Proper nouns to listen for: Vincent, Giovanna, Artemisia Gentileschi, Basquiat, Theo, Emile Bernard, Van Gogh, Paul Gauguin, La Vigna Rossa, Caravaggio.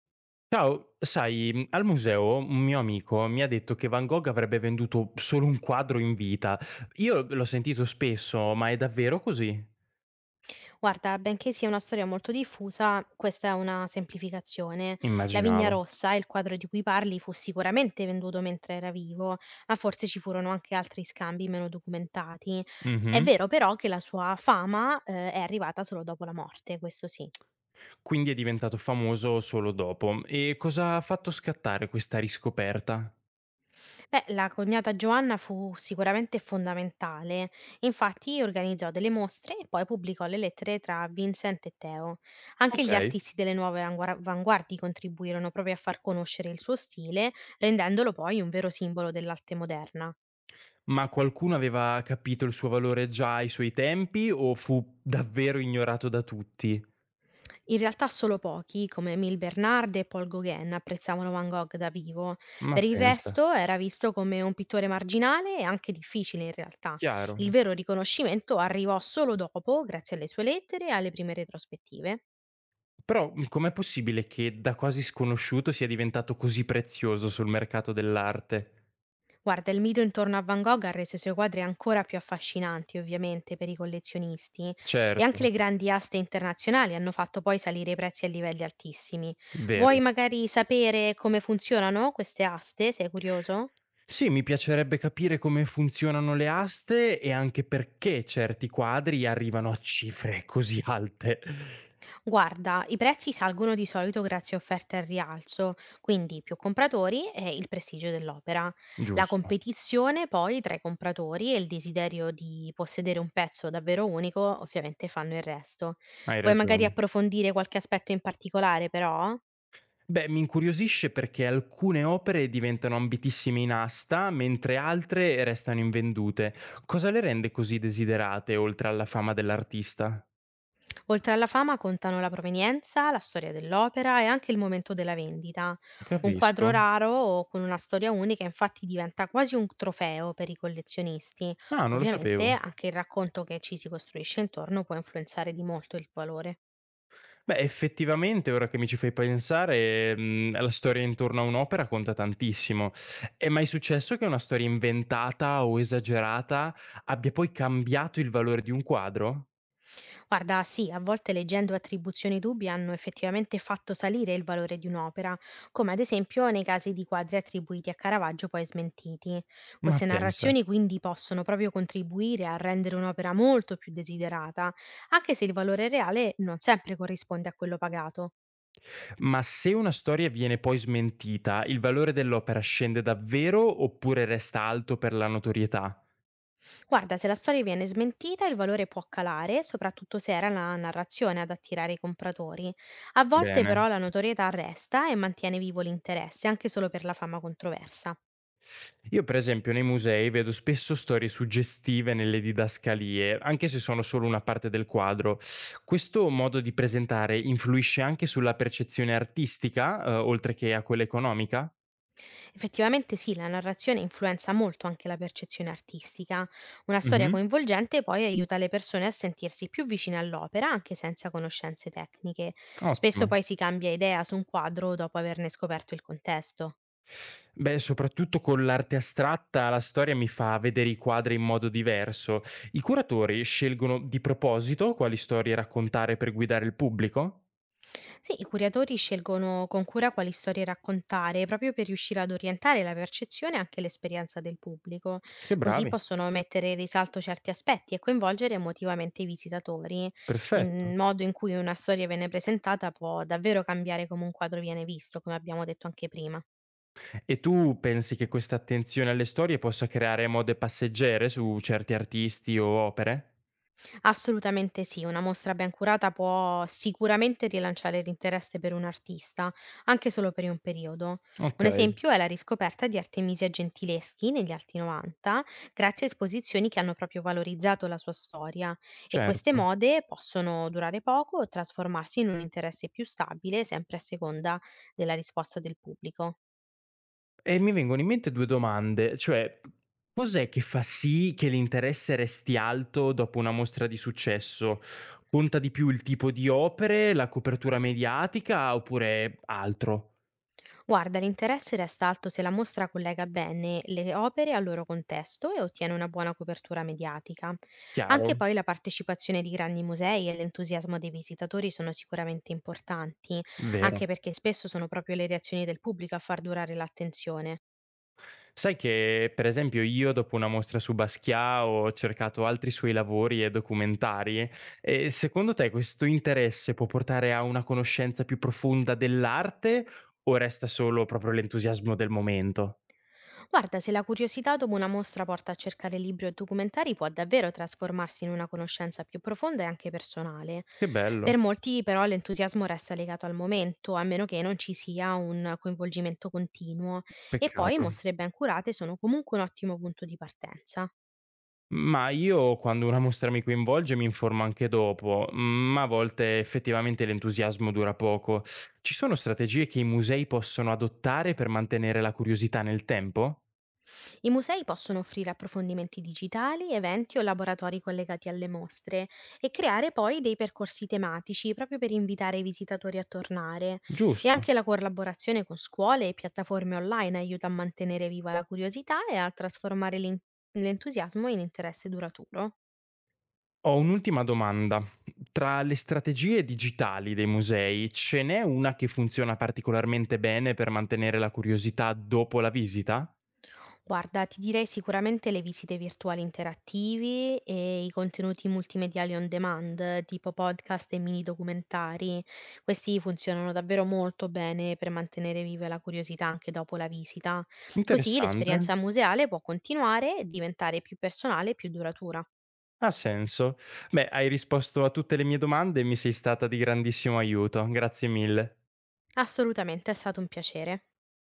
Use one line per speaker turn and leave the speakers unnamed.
Ciao, sai, al museo un mio amico mi ha detto che Van Gogh avrebbe venduto solo un quadro in vita. Io l'ho sentito spesso, ma è davvero così?
Guarda, benché sia una storia molto diffusa, questa è una semplificazione. La Vigna
Immaginavo.
Rossa, il quadro di cui parli, fu sicuramente venduto mentre era vivo, ma forse ci furono anche altri scambi meno documentati. È
Mhm.
vero però che la sua fama, è arrivata solo dopo la morte, questo sì.
Quindi è diventato famoso solo dopo. E cosa ha fatto scattare questa riscoperta?
Beh, la cognata Giovanna fu sicuramente fondamentale, infatti organizzò delle mostre e poi pubblicò le lettere tra Vincent e Theo. Anche
Ok.
gli artisti delle nuove avanguardie contribuirono proprio a far conoscere il suo stile, rendendolo poi un vero simbolo dell'arte moderna.
Ma qualcuno aveva capito il suo valore già ai suoi tempi o fu davvero ignorato da tutti?
In realtà solo pochi, come Emile Bernard e Paul Gauguin, apprezzavano Van Gogh da vivo.
Ma
Per il
pensa,
resto era visto come un pittore marginale e anche difficile in realtà.
chiaro.
Il vero riconoscimento arrivò solo dopo, grazie alle sue lettere e alle prime retrospettive.
Però, com'è possibile che da quasi sconosciuto sia diventato così prezioso sul mercato dell'arte?
Guarda, il mito intorno a Van Gogh ha reso i suoi quadri ancora più affascinanti, ovviamente, per i collezionisti, e anche
Certo,
le grandi aste internazionali hanno fatto poi salire i prezzi a livelli altissimi. Vuoi
vero.
magari sapere come funzionano queste aste? Sei curioso?
Sì, mi piacerebbe capire come funzionano le aste e anche perché certi quadri arrivano a cifre così alte.
Guarda, i prezzi salgono di solito grazie a offerte al rialzo, quindi più compratori e il prestigio dell'opera. La
Giusto,
competizione poi tra i compratori e il desiderio di possedere un pezzo davvero unico ovviamente fanno il resto.
hai
Vuoi magari
ragione.
approfondire qualche aspetto in particolare però?
Beh, mi incuriosisce perché alcune opere diventano ambitissime in asta, mentre altre restano invendute. Cosa le rende così desiderate, oltre alla fama dell'artista?
Oltre alla fama contano la provenienza, la storia dell'opera e anche il momento della vendita. Un quadro
Capisco.
raro o con una storia unica infatti diventa quasi un trofeo per i collezionisti.
Ah, non lo
Ovviamente
sapevo.
anche il racconto che ci si costruisce intorno può influenzare di molto il valore.
Beh, effettivamente ora che mi ci fai pensare, la storia intorno a un'opera conta tantissimo. È mai successo che una storia inventata o esagerata abbia poi cambiato il valore di un quadro?
Guarda, sì, a volte leggendo attribuzioni dubbie hanno effettivamente fatto salire il valore di un'opera, come ad esempio nei casi di quadri attribuiti a Caravaggio poi smentiti.
Ma
Queste
pensa.
narrazioni quindi possono proprio contribuire a rendere un'opera molto più desiderata, anche se il valore reale non sempre corrisponde a quello pagato.
Ma se una storia viene poi smentita, il valore dell'opera scende davvero oppure resta alto per la notorietà?
Guarda, se la storia viene smentita, il valore può calare, soprattutto se era la narrazione ad attirare i compratori. A volte
Bene.
però la notorietà resta e mantiene vivo l'interesse, anche solo per la fama controversa.
Io per esempio nei musei vedo spesso storie suggestive nelle didascalie, anche se sono solo una parte del quadro. Questo modo di presentare influisce anche sulla percezione artistica, oltre che a quella economica?
Effettivamente sì, la narrazione influenza molto anche la percezione artistica. Una storia
Mhm,
coinvolgente poi aiuta le persone a sentirsi più vicine all'opera anche senza conoscenze tecniche. Spesso
ottimo.
poi si cambia idea su un quadro dopo averne scoperto il contesto.
Beh, soprattutto con l'arte astratta la storia mi fa vedere i quadri in modo diverso. I curatori scelgono di proposito quali storie raccontare per guidare il pubblico?
Sì, i curatori scelgono con cura quali storie raccontare, proprio per riuscire ad orientare la percezione e anche l'esperienza del pubblico.
Che
Così
bravi,
possono mettere in risalto certi aspetti e coinvolgere emotivamente i visitatori, in
perfetto.
modo in cui una storia viene presentata può davvero cambiare come un quadro viene visto, come abbiamo detto anche prima.
E tu pensi che questa attenzione alle storie possa creare mode passeggere su certi artisti o opere?
Assolutamente sì, una mostra ben curata può sicuramente rilanciare l'interesse per un artista, anche solo per un periodo. Un
Okay,
esempio è la riscoperta di Artemisia Gentileschi negli anni 90, grazie a esposizioni che hanno proprio valorizzato la sua storia e queste
certo.
mode possono durare poco o trasformarsi in un interesse più stabile, sempre a seconda della risposta del pubblico.
E mi vengono in mente 2 domande, cioè cos'è che fa sì che l'interesse resti alto dopo una mostra di successo? Conta di più il tipo di opere, la copertura mediatica oppure altro?
Guarda, l'interesse resta alto se la mostra collega bene le opere al loro contesto e ottiene una buona copertura mediatica. Anche
Chiaro,
poi la partecipazione di grandi musei e l'entusiasmo dei visitatori sono sicuramente importanti, anche
vero.
perché spesso sono proprio le reazioni del pubblico a far durare l'attenzione.
Sai che per esempio io dopo una mostra su Basquiat ho cercato altri suoi lavori e documentari e secondo te questo interesse può portare a una conoscenza più profonda dell'arte o resta solo proprio l'entusiasmo del momento?
Guarda, se la curiosità dopo una mostra porta a cercare libri o documentari, può davvero trasformarsi in una conoscenza più profonda e anche personale.
Che bello,
Per molti, però, l'entusiasmo resta legato al momento, a meno che non ci sia un coinvolgimento continuo. E poi
peccato.
mostre ben curate sono comunque un ottimo punto di partenza.
Ma io quando una mostra mi coinvolge mi informo anche dopo, ma a volte effettivamente l'entusiasmo dura poco. Ci sono strategie che i musei possono adottare per mantenere la curiosità nel tempo?
I musei possono offrire approfondimenti digitali, eventi o laboratori collegati alle mostre e creare poi dei percorsi tematici proprio per invitare i visitatori a tornare. E
Giusto.
anche la collaborazione con scuole e piattaforme online aiuta a mantenere viva la curiosità e a trasformare l'entusiasmo in interesse duraturo.
Ho un'ultima domanda. Tra le strategie digitali dei musei, ce n'è una che funziona particolarmente bene per mantenere la curiosità dopo la visita?
Guarda, ti direi sicuramente le visite virtuali interattivi e i contenuti multimediali on demand, tipo podcast e mini documentari. Questi funzionano davvero molto bene per mantenere viva la curiosità anche dopo la visita. Così
Interessante.
l'esperienza museale può continuare e diventare più personale e più duratura.
Ha senso. Beh, hai risposto a tutte le mie domande e mi sei stata di grandissimo aiuto. Grazie mille.
Assolutamente, è stato un piacere.